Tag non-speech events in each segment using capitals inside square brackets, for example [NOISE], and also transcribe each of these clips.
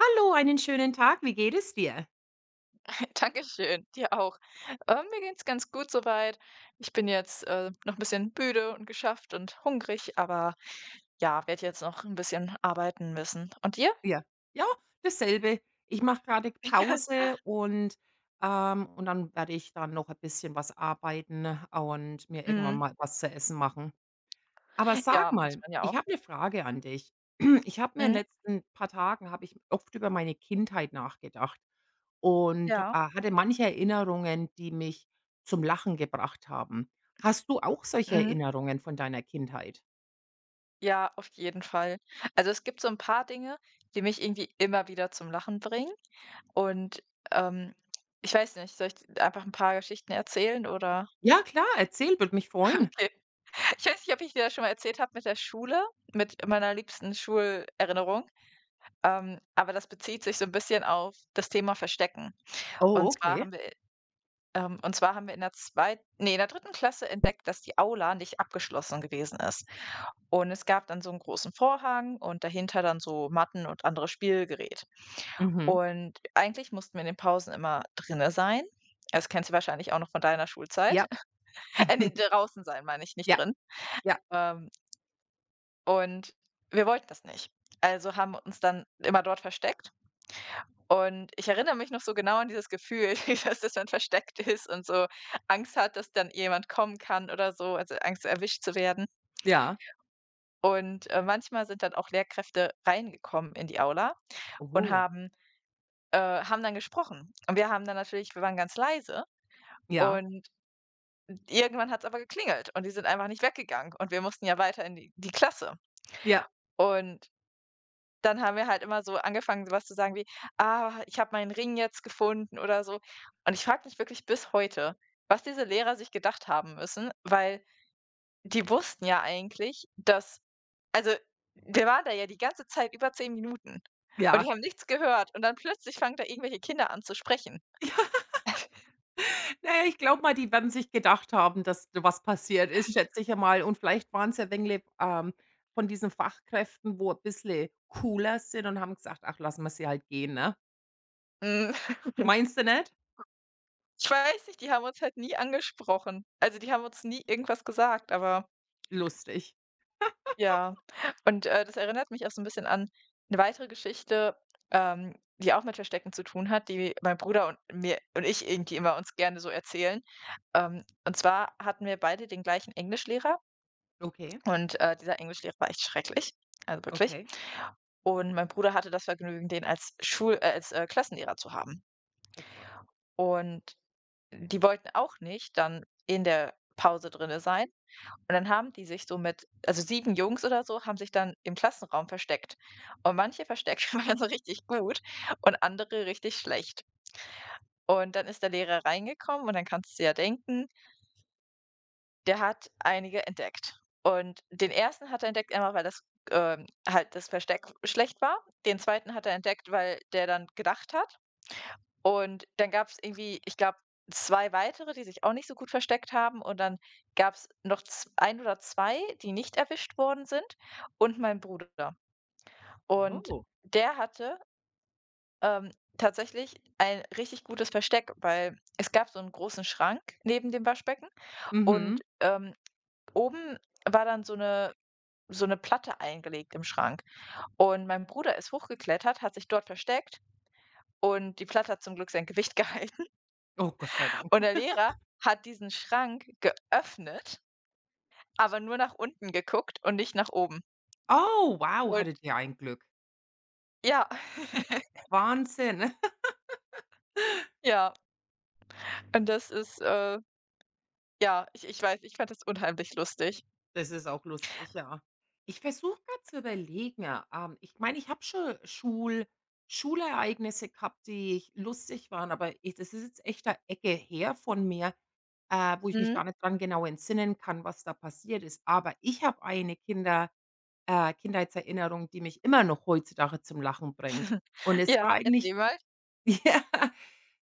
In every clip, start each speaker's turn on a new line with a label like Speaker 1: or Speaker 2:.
Speaker 1: Hallo, einen schönen Tag. Wie geht es dir?
Speaker 2: Dankeschön, dir auch. Mir geht's ganz gut soweit. Ich bin jetzt noch ein bisschen müde und geschafft und hungrig, aber ja, werde jetzt noch ein bisschen arbeiten müssen. Und dir?
Speaker 1: Ja. Ja, dasselbe. Ich mache gerade Pause und dann werde ich dann noch ein bisschen was arbeiten und mir irgendwann
Speaker 2: Mhm.
Speaker 1: mal was zu essen machen. Aber sag
Speaker 2: Ja, muss
Speaker 1: mal,
Speaker 2: man ja
Speaker 1: ich
Speaker 2: auch.
Speaker 1: habe eine Frage an dich. [CLEARS THROAT] Ich habe mir in
Speaker 2: Mhm.
Speaker 1: den letzten paar Tagen habe ich oft über meine Kindheit nachgedacht und
Speaker 2: Ja.
Speaker 1: hatte manche Erinnerungen, die mich zum Lachen gebracht haben. Hast du auch solche
Speaker 2: Mhm.
Speaker 1: Erinnerungen von deiner Kindheit?
Speaker 2: Ja, auf jeden Fall. Also es gibt so ein paar Dinge, die mich irgendwie immer wieder zum Lachen bringen. Und ähm, Ich weiß nicht, soll ich einfach ein paar Geschichten erzählen oder?
Speaker 1: Ja klar, erzähl, würde mich freuen.
Speaker 2: Okay. Ich weiß nicht, ob ich dir das schon mal erzählt habe mit der Schule, mit meiner liebsten Schulerinnerung. Aber das bezieht sich so ein bisschen auf das Thema Verstecken.
Speaker 1: Oh,
Speaker 2: Und zwar
Speaker 1: okay.
Speaker 2: haben wir und zwar haben wir in der 3. Klasse entdeckt, dass die Aula nicht abgeschlossen gewesen ist. Und es gab dann so einen großen Vorhang und dahinter dann so Matten und anderes Spielgerät.
Speaker 1: Mhm.
Speaker 2: Und eigentlich mussten wir in den Pausen immer drinne sein. Das kennst du wahrscheinlich auch noch von deiner
Speaker 1: Ja.
Speaker 2: Schulzeit. [LAUGHS] Ne, draußen sein meine ich, nicht
Speaker 1: Ja,
Speaker 2: drin.
Speaker 1: ja,
Speaker 2: Ähm, und wir wollten das nicht. Also haben wir uns dann immer dort versteckt. Und ich erinnere mich noch so genau an dieses Gefühl, [LAUGHS] dass das dann versteckt ist und so Angst hat, dass dann jemand kommen kann oder so, also Angst erwischt zu werden.
Speaker 1: ja.
Speaker 2: Und, manchmal sind dann auch Lehrkräfte reingekommen in die Aula und
Speaker 1: Oh.
Speaker 2: haben haben dann gesprochen. Und wir haben dann natürlich Wir waren ganz leise
Speaker 1: Ja,
Speaker 2: und irgendwann hat es aber geklingelt und die sind einfach nicht weggegangen und wir mussten ja weiter in die Klasse.
Speaker 1: ja,
Speaker 2: Und dann haben wir halt immer so angefangen, so was zu sagen wie: „Ah, ich habe meinen Ring jetzt gefunden" oder so. Und ich frage mich wirklich bis heute, was diese Lehrer sich gedacht haben müssen, weil die wussten ja eigentlich, dass, also, wir waren da ja die ganze Zeit über 10 Minuten und
Speaker 1: ja.
Speaker 2: die haben nichts gehört und dann plötzlich fangen da irgendwelche Kinder an zu sprechen.
Speaker 1: [LAUGHS] Ja, na ja, ich glaube mal, die werden sich gedacht haben, dass da was passiert ist, schätze ich ja mal. Und vielleicht waren's ja wengle von diesen Fachkräften, wo ein bissle cooler sind und haben gesagt: „Ach, lassen wir sie halt gehen", ne?
Speaker 2: Hm. [LAUGHS]
Speaker 1: Meinst du nicht?
Speaker 2: Ich weiß nicht, die haben uns halt nie angesprochen. Also, die haben uns nie irgendwas gesagt, aber
Speaker 1: Lustig.
Speaker 2: ja. Das erinnert mich auch so ein bisschen an eine weitere Geschichte, die auch mit Verstecken zu tun hat, die mein Bruder und ich irgendwie immer uns gerne so erzählen. Und zwar hatten wir beide den gleichen Englischlehrer
Speaker 1: Okay,
Speaker 2: und, dieser Englischlehrer war echt schrecklich, also wirklich.
Speaker 1: okay.
Speaker 2: Und mein Bruder hatte das Vergnügen, den als Klassenlehrer zu haben.
Speaker 1: Oh Gott.
Speaker 2: Und die wollten auch nicht dann in der Pause drinne sein. Und dann haben die sich so mit, also, 7 Jungs oder so, haben sich dann im Klassenraum versteckt. Und manche Verstecke [LAUGHS] waren so richtig gut und andere richtig schlecht. Und dann ist der Lehrer reingekommen und dann kannst du ja denken, der hat einige entdeckt. Und den ersten hat er entdeckt, einfach weil das, halt, das Versteck schlecht war. Den zweiten hat er entdeckt, weil der dann gedacht hat. Und dann gab es irgendwie, ich glaube, 2 weitere, die sich auch nicht so gut versteckt haben und dann gab es noch z 1 oder 2, die nicht erwischt worden sind, und mein Bruder. Und
Speaker 1: Oh.
Speaker 2: der hatte, ähm, tatsächlich ein richtig gutes Versteck, weil es gab so einen großen Schrank neben dem Waschbecken
Speaker 1: Mhm.
Speaker 2: und, oben war dann so eine Platte eingelegt im Schrank. Und mein Bruder ist hochgeklettert, hat sich dort versteckt und die Platte hat zum Glück sein Gewicht [LAUGHS] gehalten.
Speaker 1: Oh, Gott sei Dank.
Speaker 2: Und der Lehrer hat diesen Schrank geöffnet, aber nur nach unten geguckt und nicht nach oben.
Speaker 1: Oh, wow,
Speaker 2: Und
Speaker 1: hatte der ein Glück.
Speaker 2: ja. [LAUGHS]
Speaker 1: Wahnsinn. [LAUGHS]
Speaker 2: Ja, und das ist, ja, ich weiß, ich fand das unheimlich lustig.
Speaker 1: Das ist auch lustig, ja. Ich versuche gerade zu überlegen, ja, ich meine, ich habe schon Schulereignisse gehabt, die ich lustig waren, aber ich, das ist jetzt echt 'ne Ecke her von mir, wo ich mich
Speaker 2: Mhm.
Speaker 1: gar nicht dran genau entsinnen kann, was da passiert ist. Aber ich habe eine Kinder Kindheitserinnerung, die mich immer noch heutzutage zum Lachen bringt. Und
Speaker 2: [LAUGHS]
Speaker 1: es war
Speaker 2: Ja,
Speaker 1: eigentlich
Speaker 2: erzähl mal.
Speaker 1: [LAUGHS] Ja,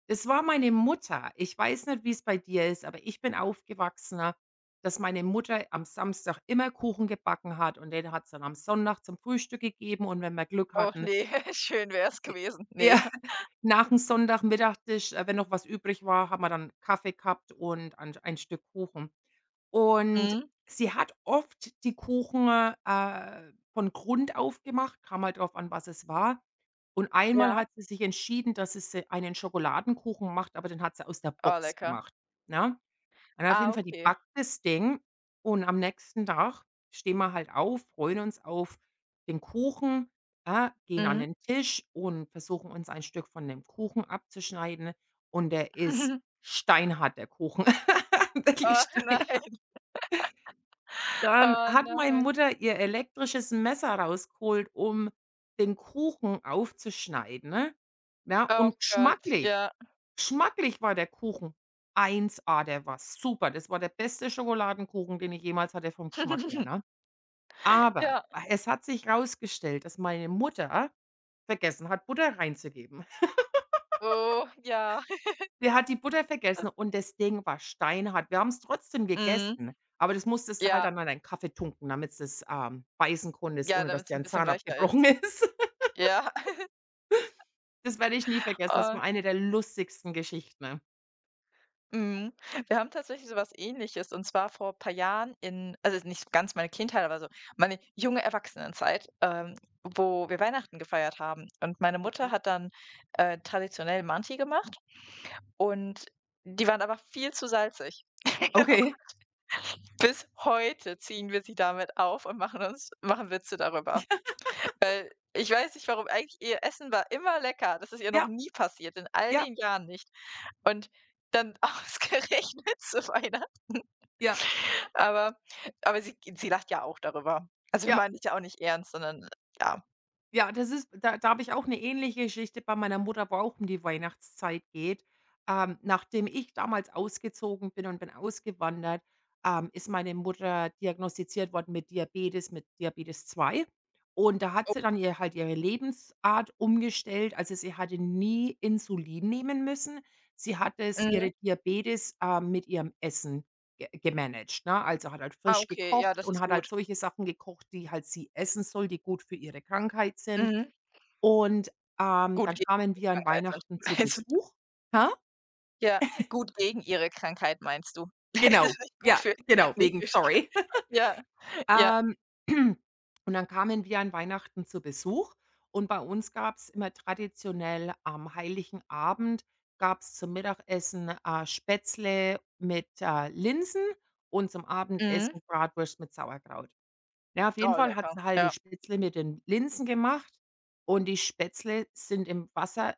Speaker 1: das war meine Mutter. Ich weiß nicht, wie es bei dir ist, aber ich bin aufgewachsener, dass meine Mutter am Samstag immer Kuchen gebacken hat und den hat's dann am Sonntag zum Frühstück gegeben und wenn wir Glück
Speaker 2: Oh
Speaker 1: hatten
Speaker 2: nee, [LAUGHS] schön wäre es gewesen.
Speaker 1: ja.
Speaker 2: Nee.
Speaker 1: [LAUGHS] Nach dem Sonntagmittagstisch, wenn noch was übrig war, haben wir dann Kaffee gehabt und ein Stück Kuchen. Und
Speaker 2: Mhm.
Speaker 1: sie hat oft die Kuchen, von Grund auf gemacht, kam halt drauf an, was es war. Und einmal
Speaker 2: Ja.
Speaker 1: hat sie sich entschieden, dass es, einen Schokoladenkuchen macht, aber den hat sie aus der
Speaker 2: Oh,
Speaker 1: Box
Speaker 2: lecker.
Speaker 1: gemacht, ne? Und auf
Speaker 2: Ah,
Speaker 1: jeden Fall, die
Speaker 2: okay.
Speaker 1: backt das Ding und am nächsten Tag stehen wir halt auf, freuen uns auf den Kuchen, ja, gehen an
Speaker 2: Mhm.
Speaker 1: den Tisch und versuchen, uns ein Stück von dem Kuchen abzuschneiden und der ist
Speaker 2: [LAUGHS]
Speaker 1: steinhart, der Kuchen. [LAUGHS]
Speaker 2: Oh
Speaker 1: Wirklich
Speaker 2: nein. [LAUGHS]
Speaker 1: dann
Speaker 2: Oh
Speaker 1: hat meine
Speaker 2: nein.
Speaker 1: Mutter ihr elektrisches Messer rausgeholt, um den Kuchen aufzuschneiden, ne? Ja,
Speaker 2: Oh
Speaker 1: und
Speaker 2: Gott,
Speaker 1: geschmacklich
Speaker 2: ja.
Speaker 1: geschmacklich war der Kuchen 1A, der war super. Das war der beste Schokoladenkuchen, den ich jemals hatte vom Geschmack her,
Speaker 2: [LAUGHS]
Speaker 1: ne? Aber
Speaker 2: Ja.
Speaker 1: es hat sich rausgestellt, dass meine Mutter vergessen hat, Butter reinzugeben.
Speaker 2: Oh, ja.
Speaker 1: Der hat die Butter vergessen und das Ding war steinhart. Wir haben's trotzdem
Speaker 2: Mhm.
Speaker 1: gegessen, aber das musstest du halt
Speaker 2: Ja,
Speaker 1: dann an deinen Kaffee tunken, damit's das, beißen konntest,
Speaker 2: ja,
Speaker 1: ohne dass
Speaker 2: damit es
Speaker 1: dir
Speaker 2: ein
Speaker 1: ein
Speaker 2: bisschen
Speaker 1: Zahn
Speaker 2: weicher
Speaker 1: abgebrochen
Speaker 2: ist.
Speaker 1: [LAUGHS] ist.
Speaker 2: Ja. [LAUGHS]
Speaker 1: Das werde ich nie vergessen. Das
Speaker 2: äh,
Speaker 1: war eine der lustigsten Geschichten.
Speaker 2: mhm. Wir haben tatsächlich so was Ähnliches, und zwar vor ein paar Jahren, in, also, nicht ganz meine Kindheit, aber so meine junge Erwachsenenzeit, wo wir Weihnachten gefeiert haben. Und meine Mutter
Speaker 1: Okay.
Speaker 2: hat dann, traditionell Manti gemacht und die waren aber viel zu salzig.
Speaker 1: Okay.
Speaker 2: [LAUGHS] Bis heute ziehen wir sie damit auf und machen Witze darüber.
Speaker 1: [LAUGHS]
Speaker 2: Ich weiß nicht warum, eigentlich ihr Essen war immer lecker. Das ist ihr
Speaker 1: Ja,
Speaker 2: noch
Speaker 1: ja,
Speaker 2: nie passiert, in all
Speaker 1: ja,
Speaker 2: den Jahren nicht. Und dann [LAUGHS] ausgerechnet zu Weihnachten.
Speaker 1: ja.
Speaker 2: Aber aber sie lacht ja auch darüber. Also, wir
Speaker 1: Ja.
Speaker 2: meinen es ja auch nicht ernst, sondern, ja.
Speaker 1: Ja, das ist da habe ich auch eine ähnliche Geschichte bei meiner Mutter, wo auch um die Weihnachtszeit geht. Nachdem ich damals ausgezogen bin und bin ausgewandert, ist meine Mutter diagnostiziert worden mit Diabetes 2. Und da hat sie dann ihr halt ihre Lebensart umgestellt. Also, sie hatte nie Insulin nehmen müssen. Sie hat es ihre
Speaker 2: Mhm.
Speaker 1: Diabetes, mit ihrem Essen ge gemanagt, ne? Also, hat halt
Speaker 2: Ah,
Speaker 1: frisch
Speaker 2: okay, ja,
Speaker 1: gekocht
Speaker 2: das
Speaker 1: und
Speaker 2: ist
Speaker 1: hat halt
Speaker 2: gut.
Speaker 1: solche Sachen gekocht, die halt sie essen soll, die gut für ihre Krankheit sind.
Speaker 2: Mhm.
Speaker 1: Und
Speaker 2: Gut
Speaker 1: dann
Speaker 2: gegen
Speaker 1: kamen
Speaker 2: ihre
Speaker 1: wir an
Speaker 2: Krankheit sind.
Speaker 1: Weihnachten zu
Speaker 2: [LAUGHS] Also,
Speaker 1: Besuch. Hä?
Speaker 2: ja, gut gegen ihre Krankheit meinst du? [LAUGHS] Das
Speaker 1: Genau,
Speaker 2: ist nicht gut
Speaker 1: ja,
Speaker 2: für
Speaker 1: genau,
Speaker 2: nicht
Speaker 1: wegen
Speaker 2: für die
Speaker 1: sorry.
Speaker 2: Krankheit.
Speaker 1: [LAUGHS]
Speaker 2: Ja, ja.
Speaker 1: Ähm, [CLEARS THROAT] und dann kamen wir an Weihnachten zu Besuch und bei uns gab's immer traditionell am Heiligen Abend gab's zum Mittagessen, Spätzle mit, Linsen und zum
Speaker 2: Mhm.
Speaker 1: Abendessen Bratwurst mit Sauerkraut. Ja, auf jeden
Speaker 2: Oh,
Speaker 1: Fall hat
Speaker 2: lecker.
Speaker 1: sie halt die
Speaker 2: Ja.
Speaker 1: Spätzle mit den Linsen gemacht und die Spätzle sind im Wasser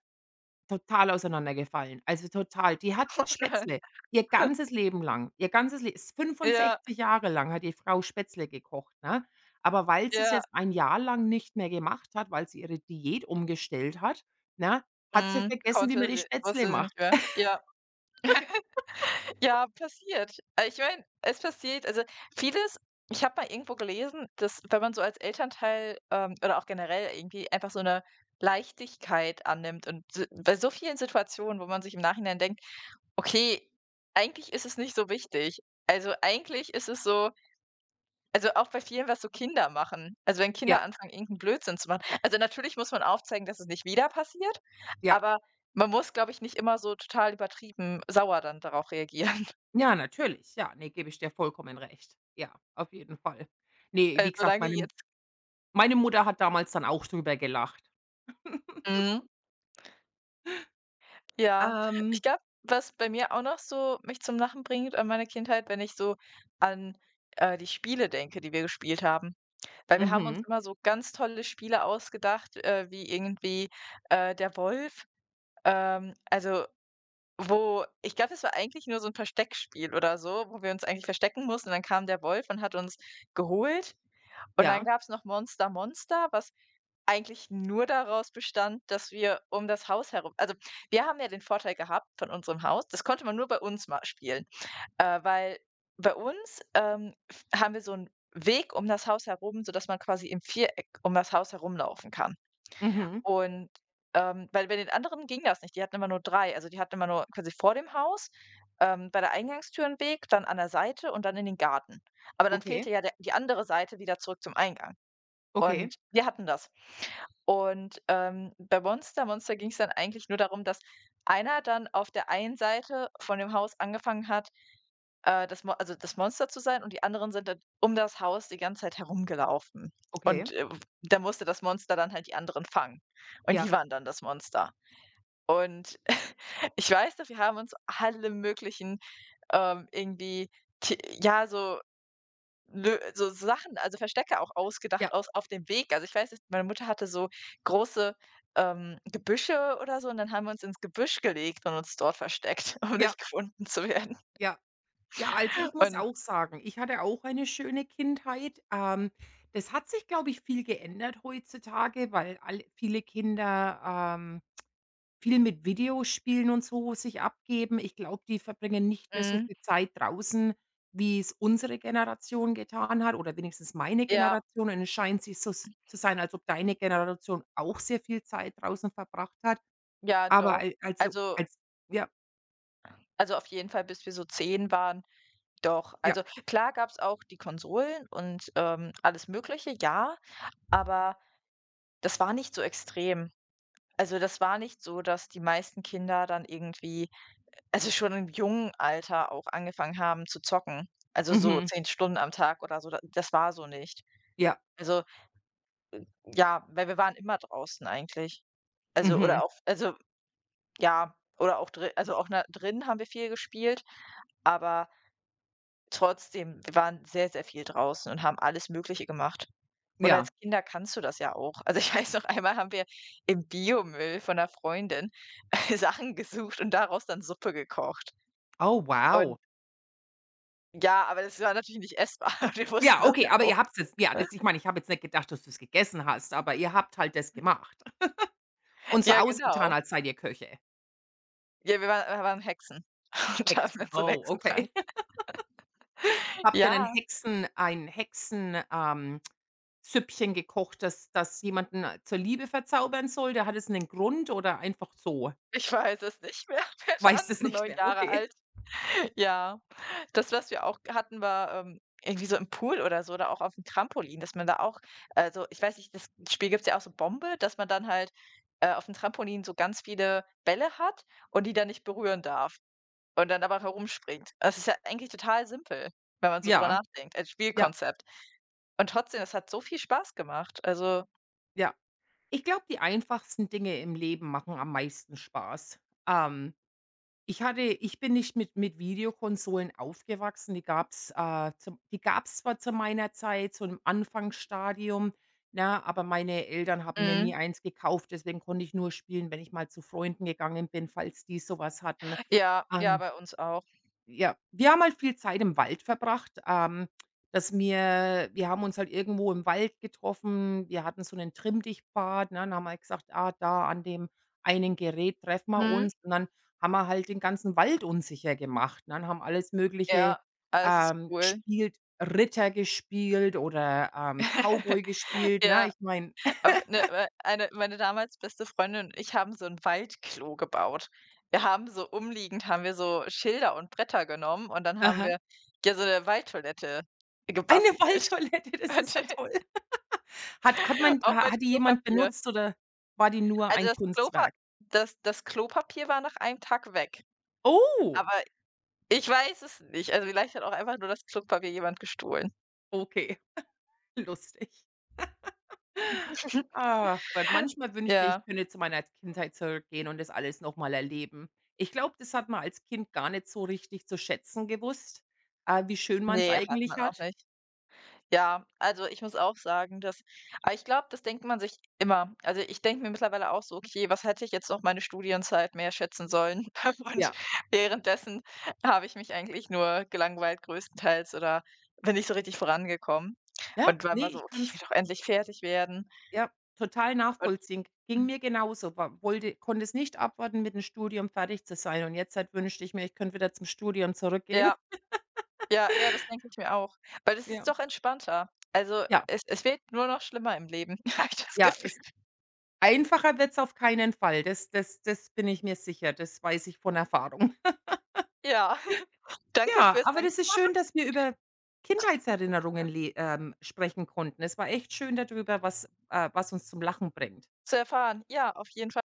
Speaker 1: total auseinandergefallen. Also, total. Die hat Spätzle
Speaker 2: [LAUGHS]
Speaker 1: ihr ganzes Leben lang ihr ganzes Le fünfundsechzig
Speaker 2: Ja,
Speaker 1: Jahre lang hat die Frau Spätzle gekocht, ne? Aber weil sie es
Speaker 2: ja.
Speaker 1: jetzt ein Jahr lang nicht mehr gemacht hat, weil sie ihre Diät umgestellt hat, ne, hat sie
Speaker 2: Mhm,
Speaker 1: vergessen, wie man
Speaker 2: konnte
Speaker 1: die
Speaker 2: sie
Speaker 1: Spätzle
Speaker 2: wusste sie
Speaker 1: macht.
Speaker 2: nicht mehr. Ja, ja, passiert. Ich meine, es passiert, also, vieles. Ich habe mal irgendwo gelesen, dass, wenn man so als Elternteil, oder auch generell irgendwie, einfach so eine Leichtigkeit annimmt und s bei so vielen Situationen, wo man sich im Nachhinein denkt: „Okay, eigentlich ist es nicht so wichtig." Also, eigentlich ist es so, also, auch bei vielen, was so Kinder machen. Also, wenn
Speaker 1: Ja,
Speaker 2: Kinder anfangen, irgend 'n Blödsinn zu machen. Also, natürlich muss man aufzeigen, dass es nicht wieder passiert,
Speaker 1: ja.
Speaker 2: aber man muss, glaube ich, nicht immer so total übertrieben sauer dann darauf reagieren. [LAUGHS]
Speaker 1: Ja, natürlich. Ja, ne, gebe ich dir vollkommen recht. Ja, auf jeden Fall. Ne, wie gesagt,
Speaker 2: Solange
Speaker 1: meine
Speaker 2: jetzt
Speaker 1: meine Mutter hat damals dann auch drüber gelacht. [LAUGHS]
Speaker 2: Mhm, ja.
Speaker 1: Ähm.
Speaker 2: Ich glaube, was bei mir auch noch so mich zum Lachen bringt an meine Kindheit, wenn ich so an, die Spiele denke, die wir gespielt haben. Weil wir haben uns
Speaker 1: Mhm.
Speaker 2: immer so ganz tolle Spiele ausgedacht, wie der Wolf. Ähm, also Wo ich glaube, das war eigentlich nur so 'n Versteckspiel oder so, wo wir uns eigentlich verstecken mussten. Dann kam der Wolf und hat uns geholt. Und dann
Speaker 1: Ja.
Speaker 2: gab's noch Monster Monster, was eigentlich nur daraus bestand, dass wir um das Haus herum, also, wir haben ja den Vorteil gehabt von unserem Haus, das konnte man nur bei uns mal spielen, weil bei uns, f haben wir so 'n Weg um das Haus herum, sodass man quasi im Viereck um das Haus herumlaufen kann.
Speaker 1: Mhm.
Speaker 2: Und, weil bei den anderen ging das nicht. Die hatten immer nur 3, Also, die hatten immer nur quasi vor dem Haus, bei der Eingangstür 'n Weg, dann an der Seite und dann in den Garten. Aber dann
Speaker 1: Okay.
Speaker 2: fehlte ja der die andere Seite wieder zurück zum Eingang.
Speaker 1: Okay.
Speaker 2: Und wir hatten das. Und, bei Monster Monster ging es dann eigentlich nur darum, dass einer dann auf der einen Seite von dem Haus angefangen hat, das Mo also das Monster zu sein, und die anderen sind dann um das Haus die ganze Zeit herumgelaufen.
Speaker 1: Okay.
Speaker 2: Und, da musste das Monster dann halt die anderen fangen. Und die
Speaker 1: Ja.
Speaker 2: waren dann das Monster. Und [LAUGHS] ich weiß noch, wir haben uns alle möglichen, irgendwie, t ja, so Nö, so Sachen, also Verstecke, auch ausgedacht
Speaker 1: Ja.
Speaker 2: aus auf dem Weg. Also, ich weiß nicht, meine Mutter hatte so große, Gebüsche oder so, und dann haben wir uns ins Gebüsch gelegt und uns dort versteckt, [LAUGHS] um
Speaker 1: Ja.
Speaker 2: nicht gefunden zu werden.
Speaker 1: Ja. Ja, also, ich muss
Speaker 2: Und
Speaker 1: auch sagen, ich hatte auch eine schöne Kindheit. Das hat sich, glaube ich, viel geändert heutzutage, weil all viele Kinder, ähm viel mit Videospielen und so sich abgeben. Ich glaube, die verbringen nicht mehr so
Speaker 2: mhm,
Speaker 1: viel Zeit draußen, wie es unsere Generation getan hat oder wenigstens meine
Speaker 2: ja,
Speaker 1: Generation. Und es scheint sich so s zu sein, als ob deine Generation auch sehr viel Zeit draußen verbracht hat.
Speaker 2: ja,
Speaker 1: Aber
Speaker 2: doch.
Speaker 1: al also
Speaker 2: Also
Speaker 1: als ja,
Speaker 2: also auf jeden Fall, bis wir so 10 waren, doch.
Speaker 1: ja,
Speaker 2: Also, klar gab's auch die Konsolen und, alles Mögliche, ja, aber das war nicht so extrem. Also, das war nicht so, dass die meisten Kinder dann irgendwie, also, schon im jungen Alter auch angefangen haben zu zocken. Also, so
Speaker 1: mhm,
Speaker 2: 10 Stunden am Tag oder so, da, das war so nicht.
Speaker 1: ja,
Speaker 2: Also, ja, weil wir waren immer draußen eigentlich. Also,
Speaker 1: mhm,
Speaker 2: oder auch, also, ja, oder auch drin, also, auch na drin haben wir viel gespielt, aber trotzdem, wir waren sehr, sehr viel draußen und haben alles Mögliche gemacht. Und
Speaker 1: ja.
Speaker 2: als Kinder kannst du das ja auch. Also, ich weiß noch, einmal haben wir im Biomüll von 'ner Freundin [LAUGHS] Sachen gesucht und daraus dann Suppe gekocht.
Speaker 1: Oh, wow.
Speaker 2: Und ja, aber das war natürlich nicht essbar. [LAUGHS] Wir wussten
Speaker 1: Ja,
Speaker 2: das
Speaker 1: okay,
Speaker 2: ja
Speaker 1: aber ihr
Speaker 2: auch.
Speaker 1: habt's jetzt ja, das ich meine, ich habe jetzt nicht gedacht, dass du es gegessen hast, aber ihr habt halt das gemacht und so
Speaker 2: Ja,
Speaker 1: ausgetan,
Speaker 2: genau.
Speaker 1: als seid ihr Köche,
Speaker 2: Ja, wir waren Hexen [LAUGHS] und haben
Speaker 1: Hexen.
Speaker 2: dann so einen
Speaker 1: Oh,
Speaker 2: Hexentrank.
Speaker 1: okay. Habe dann 'nen
Speaker 2: Ja,
Speaker 1: Hexen ein Hexen Süppchen gekocht, das jemanden zur Liebe verzaubern soll. Da hat es einen Grund oder einfach so.
Speaker 2: ich weiß es nicht mehr. [LAUGHS] Wir waren
Speaker 1: Weiß es
Speaker 2: so
Speaker 1: nicht
Speaker 2: 9
Speaker 1: mehr,
Speaker 2: Jahre
Speaker 1: okay.
Speaker 2: alt. Ja, das, was wir auch hatten, war, irgendwie so im Pool oder so, oder auch auf dem Trampolin, dass man da auch, also, ich weiß nicht, das Spiel gibt's ja auch, so Bombe, dass man dann halt, auf dem Trampolin so ganz viele Bälle hat und die dann nicht berühren darf und dann aber herumspringt. Das ist ja eigentlich total simpel, wenn man so drüber
Speaker 1: Ja,
Speaker 2: nachdenkt als
Speaker 1: ja,
Speaker 2: Spielkonzept. Und trotzdem, es hat so viel Spaß gemacht. Also,
Speaker 1: ja. Ich glaube, die einfachsten Dinge im Leben machen am meisten Spaß. Ähm ich bin nicht mit Videokonsolen aufgewachsen. Die gab's, zwar zu meiner Zeit, so im Anfangsstadium, Na, aber meine Eltern haben mir nie
Speaker 2: mhm.
Speaker 1: eins gekauft, deswegen konnte ich nur spielen, wenn ich mal zu Freunden gegangen bin, falls die sowas hatten.
Speaker 2: Ja, ja,
Speaker 1: Ähm
Speaker 2: bei uns auch.
Speaker 1: ja, wir haben halt viel Zeit im Wald verbracht, dass wir haben uns halt irgendwo im Wald getroffen. Wir hatten so 'nen Trimm-dich-Pfad, ne, dann haben wir halt gesagt: „Ah, da an dem einen Gerät treffen wir
Speaker 2: Mhm.
Speaker 1: uns." Und dann haben wir halt den ganzen Wald unsicher gemacht, ne, und haben alles Mögliche,
Speaker 2: Ja, alles ist cool.
Speaker 1: gespielt, Ritter gespielt oder,
Speaker 2: [LAUGHS]
Speaker 1: Cowboy gespielt, ne?
Speaker 2: Ja,
Speaker 1: Ich meine, Aha.
Speaker 2: aber 'ne eine meine damals beste Freundin und ich haben so ein Waldklo gebaut. Wir haben so umliegend Haben wir so Schilder und Bretter genommen, und dann haben wir
Speaker 1: [LAUGHS]
Speaker 2: ja so eine Waldtoilette
Speaker 1: Eine
Speaker 2: gebastelt,
Speaker 1: Waldtoilette, das ist ja
Speaker 2: [LAUGHS]
Speaker 1: toll. Hat hat
Speaker 2: und
Speaker 1: man
Speaker 2: auch
Speaker 1: ha
Speaker 2: mit
Speaker 1: hat die jemand
Speaker 2: Klopapier.
Speaker 1: benutzt oder war die nur
Speaker 2: Also,
Speaker 1: ein Kunstwerk?
Speaker 2: das Klopapier war nach einem Tag weg,
Speaker 1: Oh!
Speaker 2: aber ich weiß es nicht. Also, vielleicht hat auch einfach nur das Klopapier jemand gestohlen.
Speaker 1: Okay, [LAUGHS] lustig.
Speaker 2: [LAUGHS]
Speaker 1: Ach Gott, manchmal wünschte ich,
Speaker 2: Ja.
Speaker 1: könnte zu meiner Kindheit zurückgehen und das alles noch mal erleben. Ich glaube, das hat man als Kind gar nicht so richtig zu schätzen gewusst, wie schön man es
Speaker 2: Ne, hat
Speaker 1: eigentlich
Speaker 2: man auch
Speaker 1: hat.
Speaker 2: nicht. Ja, also, ich muss auch sagen, dass aber ich glaube, das denkt man sich immer. Also, ich denke mir mittlerweile auch so: „Okay, was hätte ich jetzt noch meine Studienzeit mehr schätzen sollen?" [LAUGHS] Und
Speaker 1: Ja,
Speaker 2: währenddessen habe ich mich eigentlich nur gelangweilt größtenteils, oder bin nicht so richtig vorangekommen
Speaker 1: ja,
Speaker 2: und war
Speaker 1: ne,
Speaker 2: immer so:
Speaker 1: ich
Speaker 2: „Okay,
Speaker 1: kann
Speaker 2: ich
Speaker 1: es,
Speaker 2: will doch endlich fertig werden."
Speaker 1: ja, total
Speaker 2: Und
Speaker 1: nachvollziehen. Ging mir genauso, wa wollte konnte es nicht abwarten, mit dem Studium fertig zu sein und jetzt halt wünschte ich mir, ich könnte wieder zum Studium zurückgehen.
Speaker 2: ja.
Speaker 1: [LAUGHS]
Speaker 2: Ja, ja, das denke ich mir auch, weil es ist
Speaker 1: Ja.
Speaker 2: doch entspannter. Also,
Speaker 1: Ja,
Speaker 2: es wird nur noch schlimmer im Leben, [LAUGHS] habe ich das
Speaker 1: ja,
Speaker 2: Gefühl.
Speaker 1: ist einfacher wird's auf keinen Fall. Das bin ich mir sicher. Das weiß ich von Erfahrung.
Speaker 2: Ja, [LAUGHS] danke
Speaker 1: Ja,
Speaker 2: fürs
Speaker 1: aber das ist schön,
Speaker 2: Angstmachen
Speaker 1: dass wir über Kindheitserinnerungen le sprechen konnten. Es war echt schön darüber, was uns zum Lachen bringt.
Speaker 2: zu erfahren. Ja, auf jeden Fall.